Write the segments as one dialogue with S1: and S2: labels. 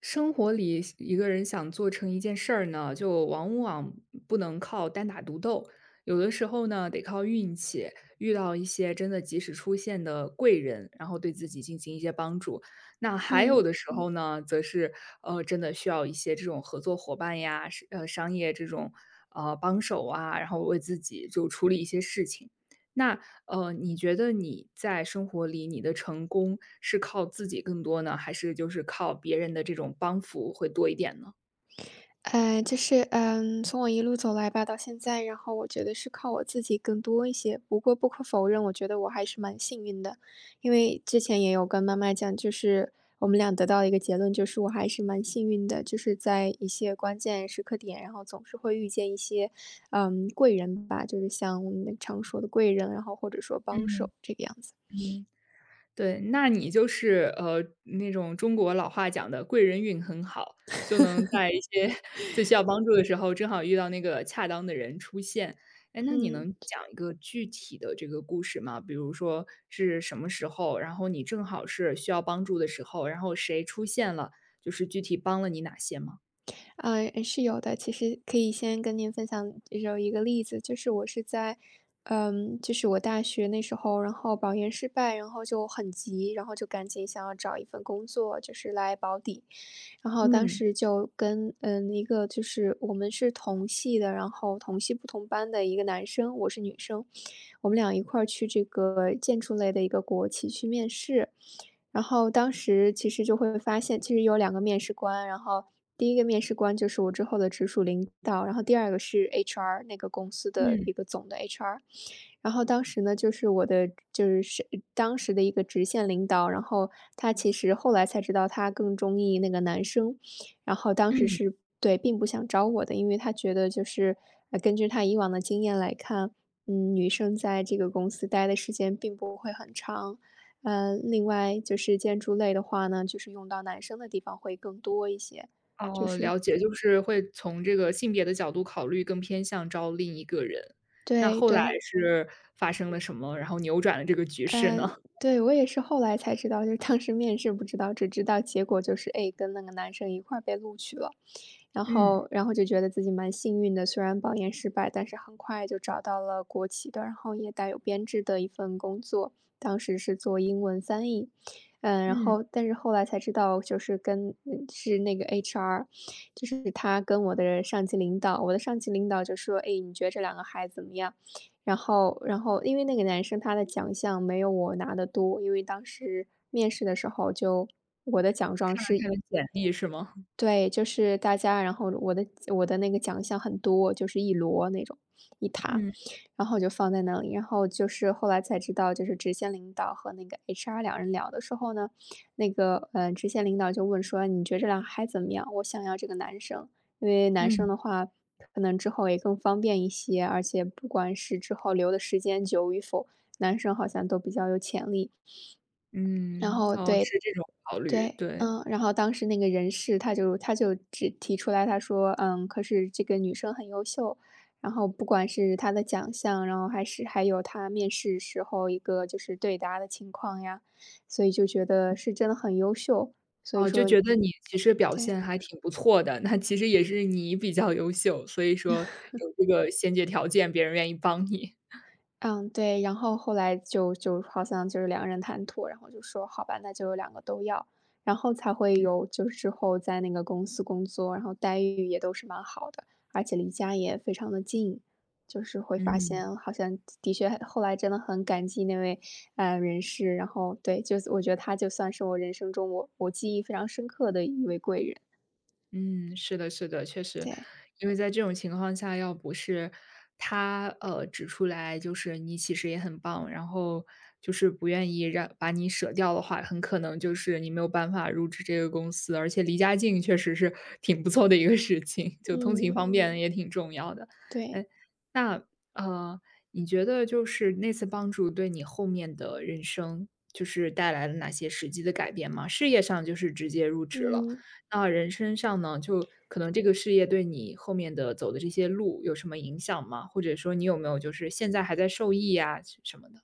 S1: 生活里一个人想做成一件事儿呢，就往往不能靠单打独斗，有的时候呢得靠运气，遇到一些真的及时出现的贵人，然后对自己进行一些帮助。那还有
S2: 嗯，
S1: 的时候呢，则是真的需要一些这种合作伙伴呀，是商业这种帮手啊，然后为自己就处理一些事情。那你觉得你在生活里，你的成功是靠自己更多呢，还是就是靠别人的这种帮扶会多一点呢？
S2: 就是，从我一路走来吧，到现在，然后我觉得是靠我自己更多一些。不过不可否认，我觉得我还是蛮幸运的，因为之前也有跟妈妈讲，就是我们俩得到一个结论，就是我还是蛮幸运的，就是在一些关键时刻点，然后总是会遇见一些，贵人吧，就是像我们常说的贵人，然后或者说帮
S1: 嗯
S2: 手这个样子。
S1: 嗯。对，那你就是那种中国老话讲的贵人运很好，就能在一些 最需要帮助的时候，正好遇到那个恰当的人出现。哎，那你
S2: 嗯。
S1: 能讲一个具体的这个故事吗？比如说是什么时候，然后你正好是需要帮助的时候，然后谁出现了，就是具体帮了你哪些吗？
S2: 嗯，是有的。其实可以先跟您分享有一个例子，就是我是在，就是我大学那时候，然后保研失败，然后就很急，然后就赶紧想要找一份工作，就是来保底。然后当
S1: 嗯。
S2: 时就跟一个就是我们是同系的，然后同系不同班的一个男生，我是女生，我们俩一块儿去这个建筑类的一个国企去面试。然后当时其实就会发现，其实有两个面试官，然后第一个面试官就是我之后的直属领导，然后第二个是 HR，那个公司的
S1: 嗯
S2: 一个总的 HR。然后当时呢，就是我的就是当时的一个直线领导，然后他其实后来才知道他更中意那个男生，然后当时
S1: 嗯，
S2: 是对，并不想招我的，因为他觉得就是，根据他以往的经验来看，女生在这个公司待的时间并不会很长。另外就是建筑类的话呢，就是用到男生的地方会更多一些，就
S1: 哦，
S2: 是
S1: 了解，就是会从这个性别的角度考虑，更偏向招另一个人。那
S2: 对
S1: 后来
S2: 对。
S1: 是发生了什么，然后扭转了这个局势
S2: 嗯，
S1: 呢？
S2: 对，我也是后来才知道，就是当时面试不知道，只知道结果就是，哎，跟那个男生一块儿被录取了，然
S1: 嗯
S2: 后然后就觉得自己蛮幸运的，虽然保研失败，但是很快就找到了国企的，然后也带有编制的一份工作，当时是做英文翻译，嗯，然
S1: 嗯。
S2: 后但是后来才知道，就是跟是那个 HR，就是他跟我的上级领导，我的上级领导就说，哎，你觉得这两个孩子怎么样？然后因为那个男生他的奖项没有我拿的多，因为当时面试的时候就我的奖状
S1: 翻
S2: 是
S1: 看了简历是吗？
S2: 对，就是大家然后我的那个奖项很多，就是一摞那种，一沓，
S1: 嗯
S2: 然后就放在那里。然后就是后来才知道，就是直线领导和那个 HR 两人聊的时候呢，那个，直线领导就问说："你觉得这俩孩子怎么样？我想要这个男生，因为男生
S1: 嗯。
S2: 的话，可能之后也更方便一些，而且不管是之后留的时间久与否，男生好像都比较有潜力。"然
S1: 嗯，
S2: 后
S1: 哦，
S2: 对
S1: 是这种考虑，
S2: 对，
S1: 对。
S2: 然后当时那个人事他就只提出来，他说："嗯，可是这个女生很优秀，然后不管是她的奖项，然后还是还有她面试时候一个就是对答的情况呀，所以就觉得是真的很优秀，所以
S1: 哦，就
S2: 说
S1: 觉得你其实表现
S2: 对。"
S1: 还挺不错的，那其实也是你比较优秀，所以说有这个先决条件，别人愿意帮你。
S2: 嗯，对，然后后来就好像就是两个人谈妥，然后就说好吧，那就两个都要，然后才会有就是之后在那个公司工作，然后待遇也都是蛮好的，而且离家也非常的近，就是会发
S1: 嗯。
S2: 现好像的确后来真的很感激那位人士，然后对，就是我觉得他就算是我人生中我记忆非常深刻的一位贵人，
S1: 嗯，是的，是的，确实，
S2: 对，
S1: 因为在这种情况下，要不是他指出来，就是你其实也很棒，然后就是不愿意让把你舍掉的话，很可能就是你没有办法入职这个公司，而且离家近确实是挺不错的一个事情，就通勤
S2: 嗯，
S1: 方便也挺重要的。
S2: 对，
S1: 哎，那呃，你觉得就是那次帮助对你后面的人生就是带来了哪些实际的改变吗？事业上就是直接入职了。
S2: 嗯。
S1: 那人身上呢，就可能这个事业对你后面的走的这些路有什么影响吗？或者说你有没有就是现在还在受益呀什么的？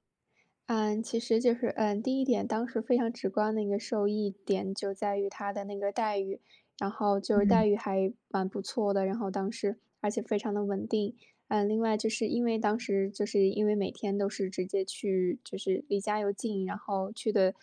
S2: 嗯，其实就是，第一点，当时非常直观的一个受益点就在于他的那个待遇，然后就是
S1: 嗯，
S2: 待遇还蛮不错的，然后当时而且非常的稳定。嗯，另外就是因为当时就是因为每天都是直接去，就是离家又近，然后去的，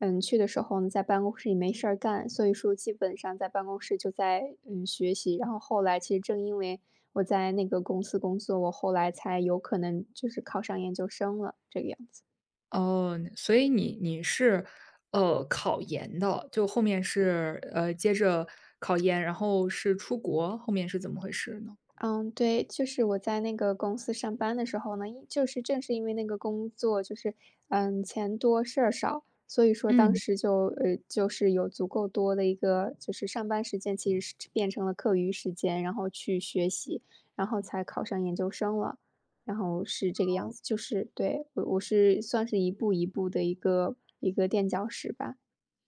S2: 嗯，去的时候呢，在办公室里没事儿干，所以说基本上在办公室就在学习。然后后来其实正因为我在那个公司工作，我后来才有可能就是考上研究生了，这个样子。
S1: 哦，所以你是考研的，就后面是接着考研，然后是出国，后面是怎么回事呢？
S2: 嗯，对，就是我在那个公司上班的时候呢，就是正是因为那个工作就是，钱多事儿少，所以说当
S1: 嗯。
S2: 时就就是有足够多的一个就是上班时间，其实是变成了课余时间，然后去学习，然后才考上研究生了，然后是这个样子，就是对，我是算是一步一步的一个一个垫脚石吧，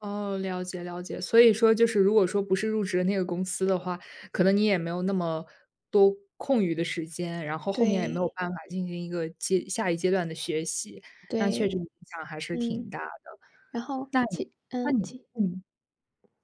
S1: 哦，了解了解。所以说就是如果说不是入职的那个公司的话，可能你也没有那么多空余的时间，然后后面也没有
S2: 对
S1: 办法进行一个阶下一阶段的学习，那确实
S2: 对，
S1: 影响还是挺
S2: 嗯，
S1: 大的。
S2: 然后
S1: 那你
S2: 其
S1: 那
S2: 嗯，
S1: 你
S2: 其
S1: 嗯，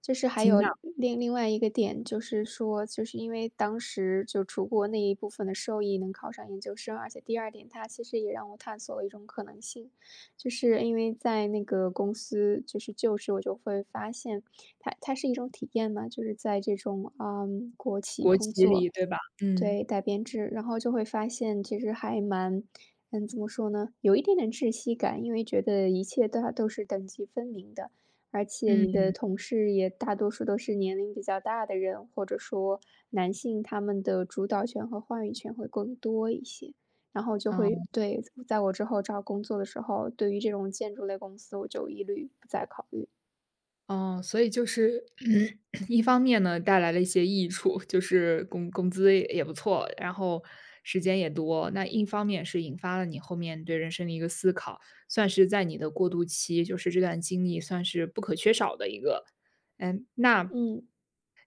S2: 就是还有
S1: 请讲，
S2: 另外一个点，就是说，就是因为当时就出国那一部分的受益能考上研究生，而且第二点，它其实也让我探索了一种可能性，就是因为在那个公司就是就职，我就会发现它是一种体验嘛，就是在这种国企
S1: 国
S2: 工
S1: 企里，
S2: 作，
S1: 对吧？嗯，
S2: 对，改编制，然后就会发现其实还蛮怎么说呢，有一点点窒息感，因为觉得一切都是等级分明的，而且
S1: 嗯，
S2: 你的同事也大多数都是年龄比较大的人，或者说男性，他们的主导权和话语权会更多一些。然后就会
S1: 哦。
S2: 对，在我之后找工作的时候，对于这种建筑类公司，我就一律不再考虑。
S1: 哦，所以就是 一方面呢，带来了一些益处，就是工资也不错，然后时间也多。那一方面是引发了你后面对人生的一个思考，算是在你的过渡期，就是这段经历算是不可缺少的一个。嗯，那
S2: 嗯，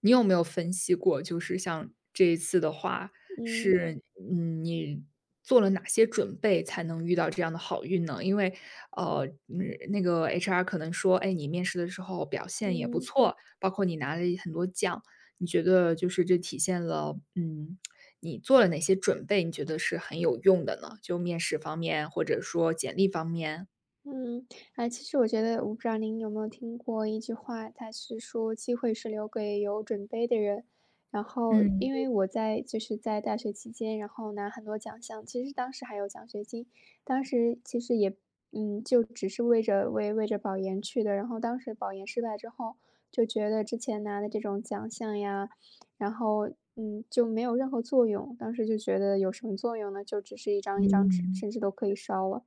S1: 你有没有分析过，就是像这一次的话，
S2: 嗯，
S1: 是你做了哪些准备才能遇到这样的好运呢？因为那个 HR 可能说，哎，你面试的时候表现也不
S2: 嗯。
S1: 错，包括你拿了很多奖，你觉得就是这体现了你做了哪些准备？你觉得是很有用的呢？就面试方面，或者说简历方面，
S2: 嗯，哎，其实我觉得，我不知道您有没有听过一句话，它是说机会是留给有准备的人。然后，
S1: 嗯
S2: 因为我在就是在大学期间，然后拿很多奖项，其实当时还有奖学金，当时其实也，就只是为着保研去的。然后当时保研失败之后，就觉得之前拿的这种奖项呀，然后就没有任何作用。当时就觉得有什么作用呢？就只是一张一张纸，
S1: 嗯。
S2: 甚至都可以烧了。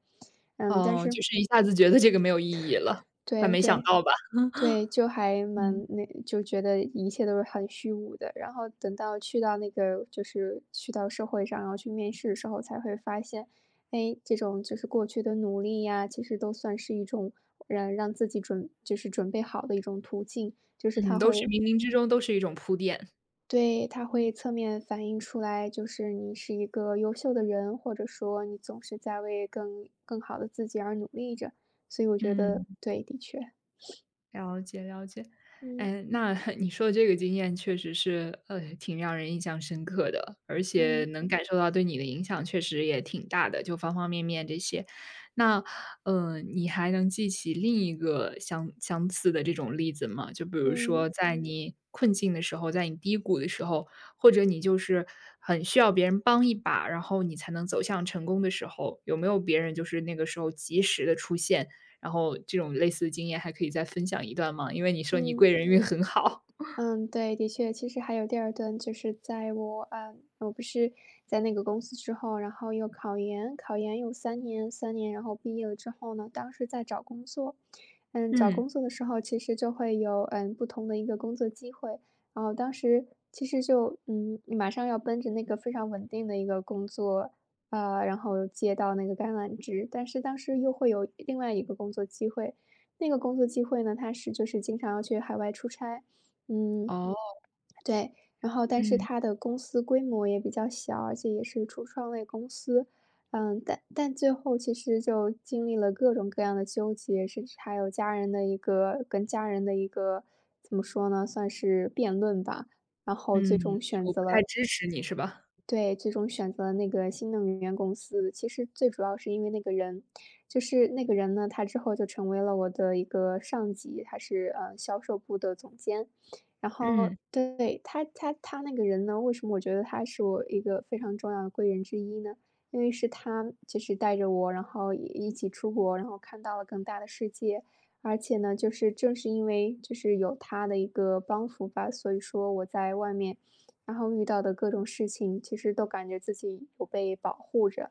S2: 嗯，但
S1: 哦，就
S2: 是。
S1: 是一下子觉得这个没有意义了，但
S2: 对
S1: 没想
S2: 对
S1: 到吧？
S2: 对，就还蛮那就觉得一切都是很虚无的。然后等到去到那个就是去到社会上，然后去面试的时候，才会发现，哎，这种就是过去的努力呀，其实都算是一种让自己就是准备好的一种途径，就是
S1: 嗯，
S2: 他
S1: 都是
S2: 会
S1: 冥冥之中都是一种铺垫，
S2: 对，他会侧面反映出来，就是你是一个优秀的人，或者说你总是在为更好的自己而努力着。所以我觉
S1: 嗯。
S2: 得对，的确，
S1: 了解了解，
S2: 嗯
S1: 哎，那 你说的这个经验确实是，呃，挺让人印象深刻的，而且
S2: 嗯。
S1: 能感受到对你的影响确实也挺大的，就方方面面这些。那，你还能记起另一个相似的这种例子吗？就比如
S2: 嗯
S1: 说，在你困境的时候，在你低谷的时候，或者你就是很需要别人帮一把，然后你才能走向成功的时候，有没有别人就是那个时候及时的出现？然后这种类似的经验还可以再分享一段吗？因为你说你
S2: 嗯。
S1: 贵人运很好。
S2: 嗯，对，的确，其实还有第二段，就是在我不是在那个公司之后，然后又考研，有三年然后毕业了之后呢，当时在找工作。嗯，找
S1: 嗯。
S2: 工作的时候其实就会有，不同的一个工作机会，然后当时其实就，马上要奔着那个非常稳定的一个工作，然后接到那个橄榄枝，但是当时又会有另外一个工作机会，那个工作机会呢，它是就是经常要去海外出差。嗯，
S1: 哦，
S2: 对，然后但是
S1: 嗯。
S2: 他的公司规模也比较小，而且也是初创类公司。嗯，但最后其实就经历了各种各样的纠结，甚至还有家人的一个跟家人的一个，怎么说呢，算是辩论吧。然后最
S1: 嗯，
S2: 终
S1: 就
S2: 选
S1: 我不
S2: 择
S1: 太
S2: 了
S1: 支持你是吧？
S2: 对，最终选择了那个新能源公司，其实最主要是因为那个人，就是那个人呢，他之后就成为了我的一个上级，他是销售部的总监。然后
S1: 嗯。
S2: 对他，他那个人呢，为什么我觉得他是我一个非常重要的贵人之一呢？因为是他就是带着我，然后也一起出国，然后看到了更大的世界。而且呢，就是正是因为就是有他的一个帮扶吧，所以说我在外面。然后遇到的各种事情，其实都感觉自己有被保护着，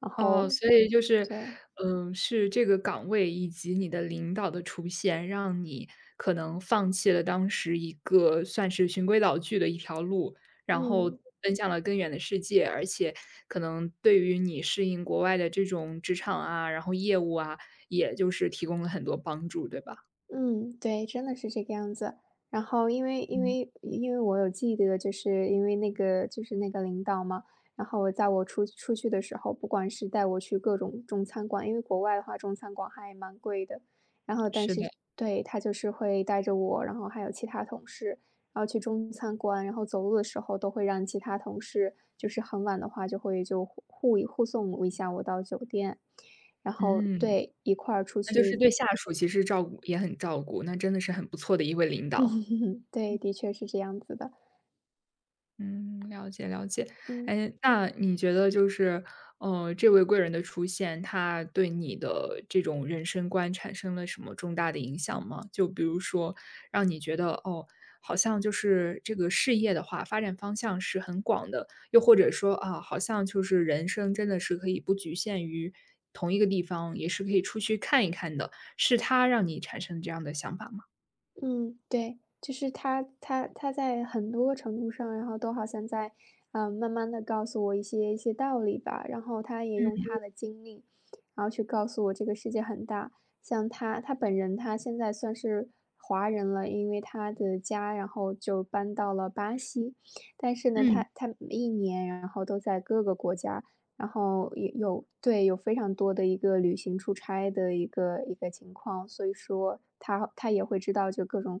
S2: 然
S1: 哦，
S2: 后
S1: 所以就是，
S2: 对，
S1: 是这个岗位以及你的领导的出现，让你可能放弃了当时一个算是循规蹈矩的一条路，然后
S2: 嗯。
S1: 奔向了更远的世界。而且可能对于你适应国外的这种职场啊，然后业务啊，也就是提供了很多帮助，对吧？
S2: 嗯，对，真的是这个样子。然后因为因
S1: 嗯。
S2: 为因为我有记得，就是因为那个就是那个领导嘛，然后我在我出去的时候，不管是带我去各种中餐馆，因为国外的话中餐馆还蛮贵的，然后但
S1: 是的，
S2: 是对，他就是会带着我，然后还有其他同事，然后去中餐馆，然后走路的时候都会让其他同事，就是很晚的话就会就护送一下我到酒店。然后
S1: 嗯，
S2: 对一块儿出
S1: 那就是
S2: 去
S1: 对下属其实照顾也很照顾，那真的是很不错的一位领
S2: 嗯，
S1: 导。
S2: 对，的确是这样子的。
S1: 嗯，了解了解。
S2: 嗯
S1: 哎，那你觉得就是，这位贵人的出现，他对你的这种人生观产生了什么重大的影响吗？就比如说，让你觉得哦，好像就是这个事业的话，发展方向是很广的，又或者说啊，好像就是人生真的是可以不局限于同一个地方，也是可以出去看一看的。是他让你产生这样的想法吗？
S2: 嗯，对，就是他在很多个程度上，然后都好像在，慢慢的告诉我一些道理吧。然后他也用
S1: 嗯
S2: 他的经历，然后去告诉我这个世界很大。像他本人，他现在算是华人了，因为他的家，然后就搬到了巴西。但是呢，
S1: 嗯。
S2: 他每一年，然后都在各个国家然后也有对，有非常多的一个旅行出差的一个情况，所以说他也会知道就各种，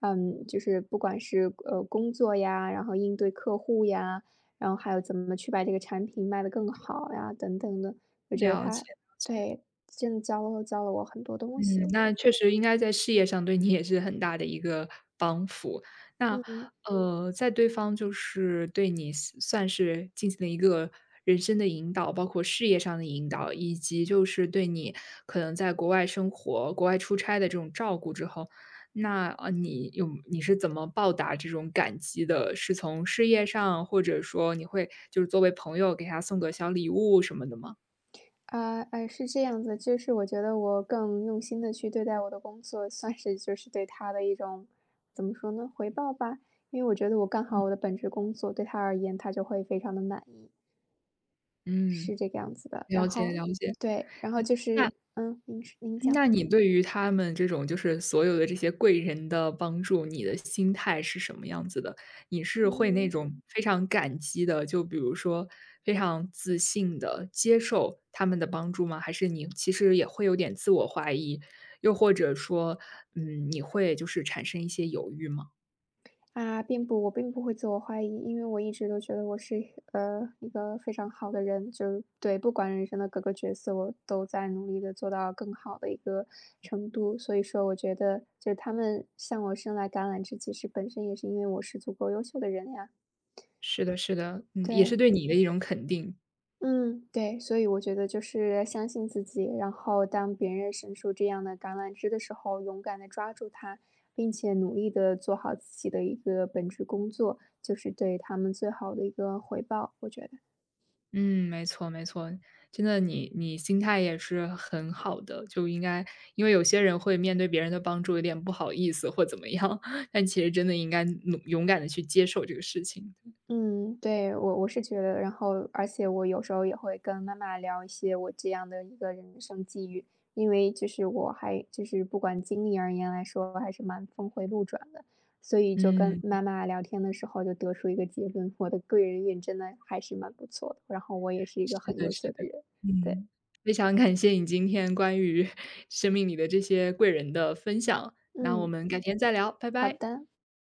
S2: 嗯，就是不管是工作呀，然后应对客户呀，然后还有怎么去把这个产品卖得更好呀，等等的，我
S1: 嗯，
S2: 觉得
S1: 了解
S2: 他
S1: 了解。
S2: 对真的教了我很多
S1: 嗯，
S2: 东西，我觉
S1: 那
S2: 得，
S1: 确实应该在事业上对你也是很大的一个帮扶。那，
S2: 嗯。
S1: 在对方就是对你是算是进行了一个人生的引导，包括事业上的引导，以及就是对你可能在国外生活、国外出差的这种照顾之后，那，你是怎么报答这种感激的？是从事业上，或者说你会就是作为朋友给他送个小礼物什么的吗？
S2: 啊，哎，是这样子，就是我觉得我更用心的去对待我的工作，算是就是对他的一种，怎么说呢，回报吧。因为我觉得我干好我的本职工作，对他而言，他就会非常的满意，
S1: 嗯，
S2: 是这个样子的。然
S1: 了解
S2: 后
S1: 了解。
S2: 对，然后
S1: 嗯，
S2: 就
S1: 那
S2: 是嗯，您讲，
S1: 那你对于他们这种就是所有的这些贵人的帮助，你的心态是什么样子的？你是会那
S2: 嗯。
S1: 种非常感激的，就比如说非常自信的接受他们的帮助吗？还是你其实也会有点自我怀疑，又或者说，嗯，你会就是产生一些犹豫吗？
S2: 啊，并不，我并不会自我怀疑，因为我一直都觉得我是一个非常好的人，就是对，不管人生的各个角色，我都在努力的做到更好的一个程度。所以说，我觉得就是他们向我伸来橄榄枝，其实本身也是因为我是足够优秀的人呀。
S1: 是的，是的，嗯，也是
S2: 对，
S1: 对你的一种肯定。
S2: 嗯，对，所以我觉得就是相信自己，然后当别人伸出这样的橄榄枝的时候，勇敢的抓住它，并且努力的做好自己的一个本职工作，就是对他们最好的一个回报，我觉得。
S1: 嗯，没错没错，真的你心态也是很好的，就应该因为有些人会面对别人的帮助有点不好意思或怎么样，但其实真的应该勇敢的去接受这个事情。
S2: 嗯，对，我是觉得，然后而且我有时候也会跟妈妈聊一些我这样的一个人生际遇，因为就是我还就是不管经历而言来说，还是蛮峰回路转的，所以就跟
S1: 嗯，
S2: 妈妈聊天的时候就得出一个结论，我的贵人运真的还是蛮不错的，然后我也是一
S1: 是
S2: 个很
S1: 的
S2: 优
S1: 是的，
S2: 秀的人，对，
S1: 嗯，非常感谢你今天关于 生命里的这些贵人的分享，那我
S2: 嗯，
S1: 们改天再聊，拜
S2: 好
S1: 拜。
S2: 的。